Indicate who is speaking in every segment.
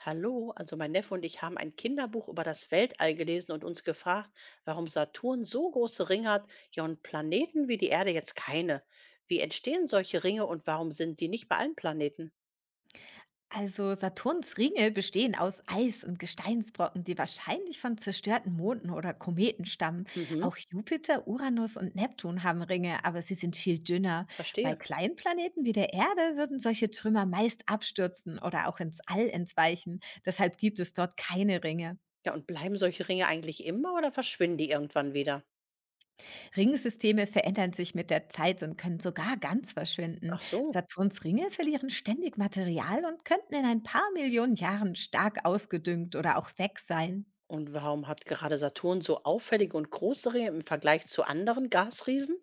Speaker 1: Hallo, also mein Neffe und ich haben ein Kinderbuch über das Weltall gelesen und uns gefragt, warum Saturn so große Ringe hat, ja und Planeten wie die Erde jetzt keine. Wie entstehen solche Ringe und warum sind die nicht bei allen Planeten?
Speaker 2: Also Saturns Ringe bestehen aus Eis und Gesteinsbrocken, die wahrscheinlich von zerstörten Monden oder Kometen stammen.
Speaker 1: Mhm,
Speaker 2: Auch Jupiter, Uranus und Neptun haben Ringe, aber sie sind viel dünner. Bei
Speaker 1: verstehe.
Speaker 2: kleinen Planeten wie der Erde würden solche Trümmer meist abstürzen oder auch ins All entweichen. Deshalb gibt es dort keine Ringe.
Speaker 1: Ja, und bleiben solche Ringe eigentlich immer oder verschwinden die irgendwann wieder?
Speaker 2: Ringsysteme verändern sich mit der Zeit und können sogar ganz verschwinden.
Speaker 1: Ach so.
Speaker 2: Saturns Ringe verlieren ständig Material und könnten in ein paar Millionen Jahren stark ausgedüngt oder auch weg sein.
Speaker 1: Und warum hat gerade Saturn so auffällige und große Ringe im Vergleich zu anderen Gasriesen?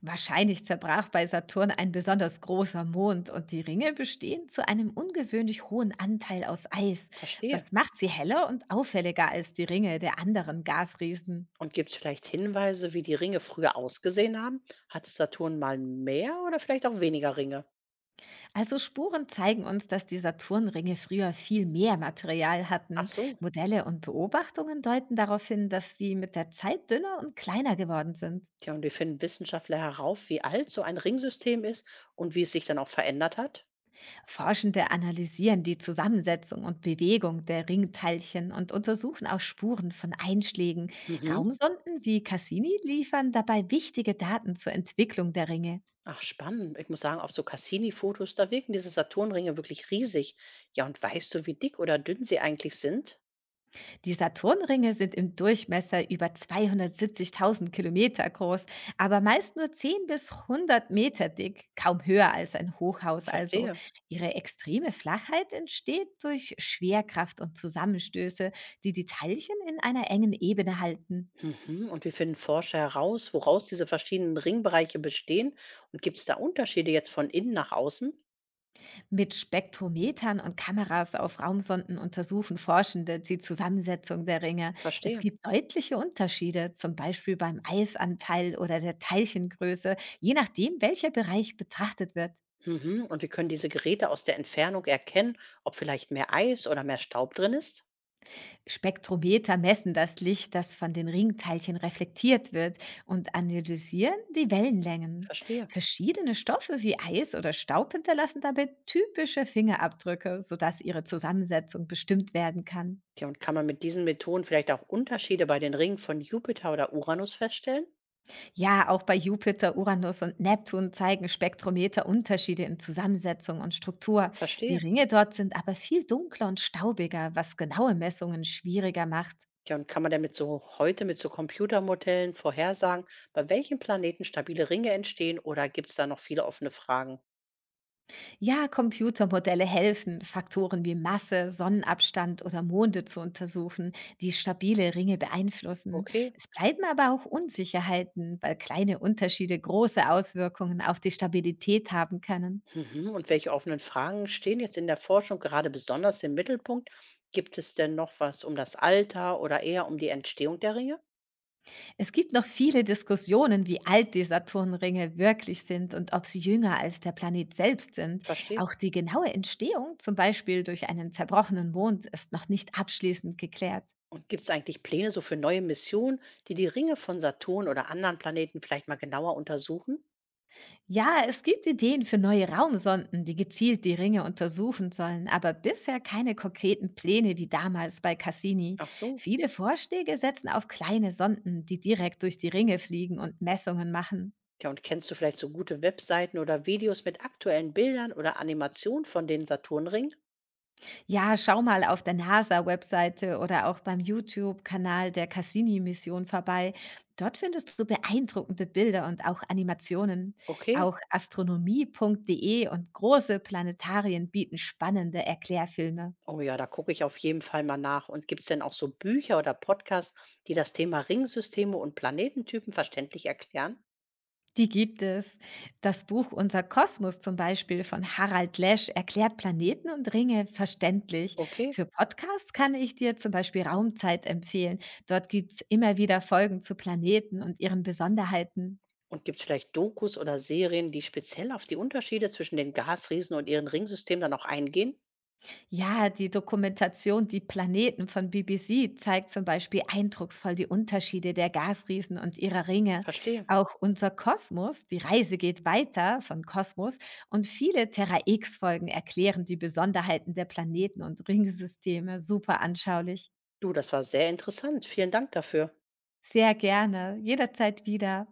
Speaker 2: Wahrscheinlich zerbrach bei Saturn ein besonders großer Mond und die Ringe bestehen zu einem ungewöhnlich hohen Anteil aus Eis.
Speaker 1: Verstehe.
Speaker 2: Das macht sie heller und auffälliger als die Ringe der anderen Gasriesen.
Speaker 1: Und gibt es vielleicht Hinweise, wie die Ringe früher ausgesehen haben? Hatte Saturn mal mehr oder vielleicht auch weniger Ringe?
Speaker 2: Also Spuren zeigen uns, dass die Saturnringe früher viel mehr Material
Speaker 1: Ach
Speaker 2: hatten.
Speaker 1: so.
Speaker 2: Modelle und Beobachtungen deuten darauf hin, dass sie mit der Zeit dünner und kleiner geworden sind.
Speaker 1: Tja, und wir finden Wissenschaftler herauf, wie alt so ein Ringsystem ist und wie es sich dann auch verändert hat?
Speaker 2: Forschende analysieren die Zusammensetzung und Bewegung der Ringteilchen und untersuchen auch Spuren von Einschlägen.
Speaker 1: Mhm.
Speaker 2: Raumsonden wie Cassini liefern dabei wichtige Daten zur Entwicklung der Ringe.
Speaker 1: Ach, spannend. Ich muss sagen, auf so Cassini-Fotos, da wirken diese Saturnringe wirklich riesig. Ja, und weißt du, wie dick oder dünn sie eigentlich sind?
Speaker 2: Die Saturnringe sind im Durchmesser über 270.000 Kilometer groß, aber meist nur 10 bis 100 Meter dick, kaum höher als ein Hochhaus also.
Speaker 1: Verstehe.
Speaker 2: Ihre extreme Flachheit entsteht durch Schwerkraft und Zusammenstöße, die die Teilchen in einer engen Ebene halten.
Speaker 1: Mhm. Und wir finden Forscher heraus, woraus diese verschiedenen Ringbereiche bestehen? Und gibt es da Unterschiede jetzt von innen nach außen?
Speaker 2: Mit Spektrometern und Kameras auf Raumsonden untersuchen Forschende die Zusammensetzung der Ringe. Es
Speaker 1: Verstehe.
Speaker 2: gibt deutliche Unterschiede, zum Beispiel beim Eisanteil oder der Teilchengröße, je nachdem, welcher Bereich betrachtet wird.
Speaker 1: Mhm. Und wie können diese Geräte aus der Entfernung erkennen, ob vielleicht mehr Eis oder mehr Staub drin ist?
Speaker 2: Spektrometer messen das Licht, das von den Ringteilchen reflektiert wird und analysieren die Wellenlängen.
Speaker 1: Verstehe.
Speaker 2: Verschiedene Stoffe wie Eis oder Staub hinterlassen dabei typische Fingerabdrücke, sodass ihre Zusammensetzung bestimmt werden kann.
Speaker 1: Ja, und kann man mit diesen Methoden vielleicht auch Unterschiede bei den Ringen von Jupiter oder Uranus feststellen?
Speaker 2: Ja, auch bei Jupiter, Uranus und Neptun zeigen Spektrometer Unterschiede in Zusammensetzung und Struktur. Die
Speaker 1: Verstehe.
Speaker 2: Ringe dort sind aber viel dunkler und staubiger, was genaue Messungen schwieriger macht.
Speaker 1: Ja, und kann man damit so heute mit so Computermodellen vorhersagen, bei welchen Planeten stabile Ringe entstehen oder gibt es da noch viele offene Fragen?
Speaker 2: Ja, Computermodelle helfen, Faktoren wie Masse, Sonnenabstand oder Monde zu untersuchen, die stabile Ringe beeinflussen.
Speaker 1: Okay.
Speaker 2: Es bleiben aber auch Unsicherheiten, weil kleine Unterschiede große Auswirkungen auf die Stabilität haben können.
Speaker 1: Mhm. Und welche offenen Fragen stehen jetzt in der Forschung gerade besonders im Mittelpunkt? Gibt es denn noch was um das Alter oder eher um die Entstehung der Ringe?
Speaker 2: Es gibt noch viele Diskussionen, wie alt die Saturnringe wirklich sind und ob sie jünger als der Planet selbst sind.
Speaker 1: Verstehe.
Speaker 2: Auch die genaue Entstehung, zum Beispiel durch einen zerbrochenen Mond, ist noch nicht abschließend geklärt.
Speaker 1: Und gibt es eigentlich Pläne so für neue Missionen, die die Ringe von Saturn oder anderen Planeten vielleicht mal genauer untersuchen?
Speaker 2: Ja, es gibt Ideen für neue Raumsonden, die gezielt die Ringe untersuchen sollen, aber bisher keine konkreten Pläne wie damals bei Cassini.
Speaker 1: Ach so.
Speaker 2: Viele Vorschläge setzen auf kleine Sonden, die direkt durch die Ringe fliegen und Messungen machen.
Speaker 1: Ja, und kennst du vielleicht so gute Webseiten oder Videos mit aktuellen Bildern oder Animationen von den Saturnringen?
Speaker 2: Ja, schau mal auf der NASA-Webseite oder auch beim YouTube-Kanal der Cassini-Mission vorbei. Dort findest du beeindruckende Bilder und auch Animationen.
Speaker 1: Okay.
Speaker 2: Auch astronomie.de und große Planetarien bieten spannende Erklärfilme.
Speaker 1: Oh ja, da gucke ich auf jeden Fall mal nach. Und gibt es denn auch so Bücher oder Podcasts, die das Thema Ringsysteme und Planetentypen verständlich erklären?
Speaker 2: Die gibt es. Das Buch Unser Kosmos zum Beispiel von Harald Lesch erklärt Planeten und Ringe verständlich.
Speaker 1: Okay.
Speaker 2: Für Podcasts kann ich dir zum Beispiel Raumzeit empfehlen. Dort gibt es immer wieder Folgen zu Planeten und ihren Besonderheiten.
Speaker 1: Und gibt es vielleicht Dokus oder Serien, die speziell auf die Unterschiede zwischen den Gasriesen und ihren Ringsystemen dann auch eingehen?
Speaker 2: Ja, die Dokumentation Die Planeten von BBC zeigt zum Beispiel eindrucksvoll die Unterschiede der Gasriesen und ihrer Ringe.
Speaker 1: Verstehe.
Speaker 2: Auch unser Kosmos, die Reise geht weiter von Kosmos und viele Terra X-Folgen erklären die Besonderheiten der Planeten und Ringsysteme super anschaulich.
Speaker 1: Du, das war sehr interessant. Vielen Dank dafür.
Speaker 2: Sehr gerne, jederzeit wieder.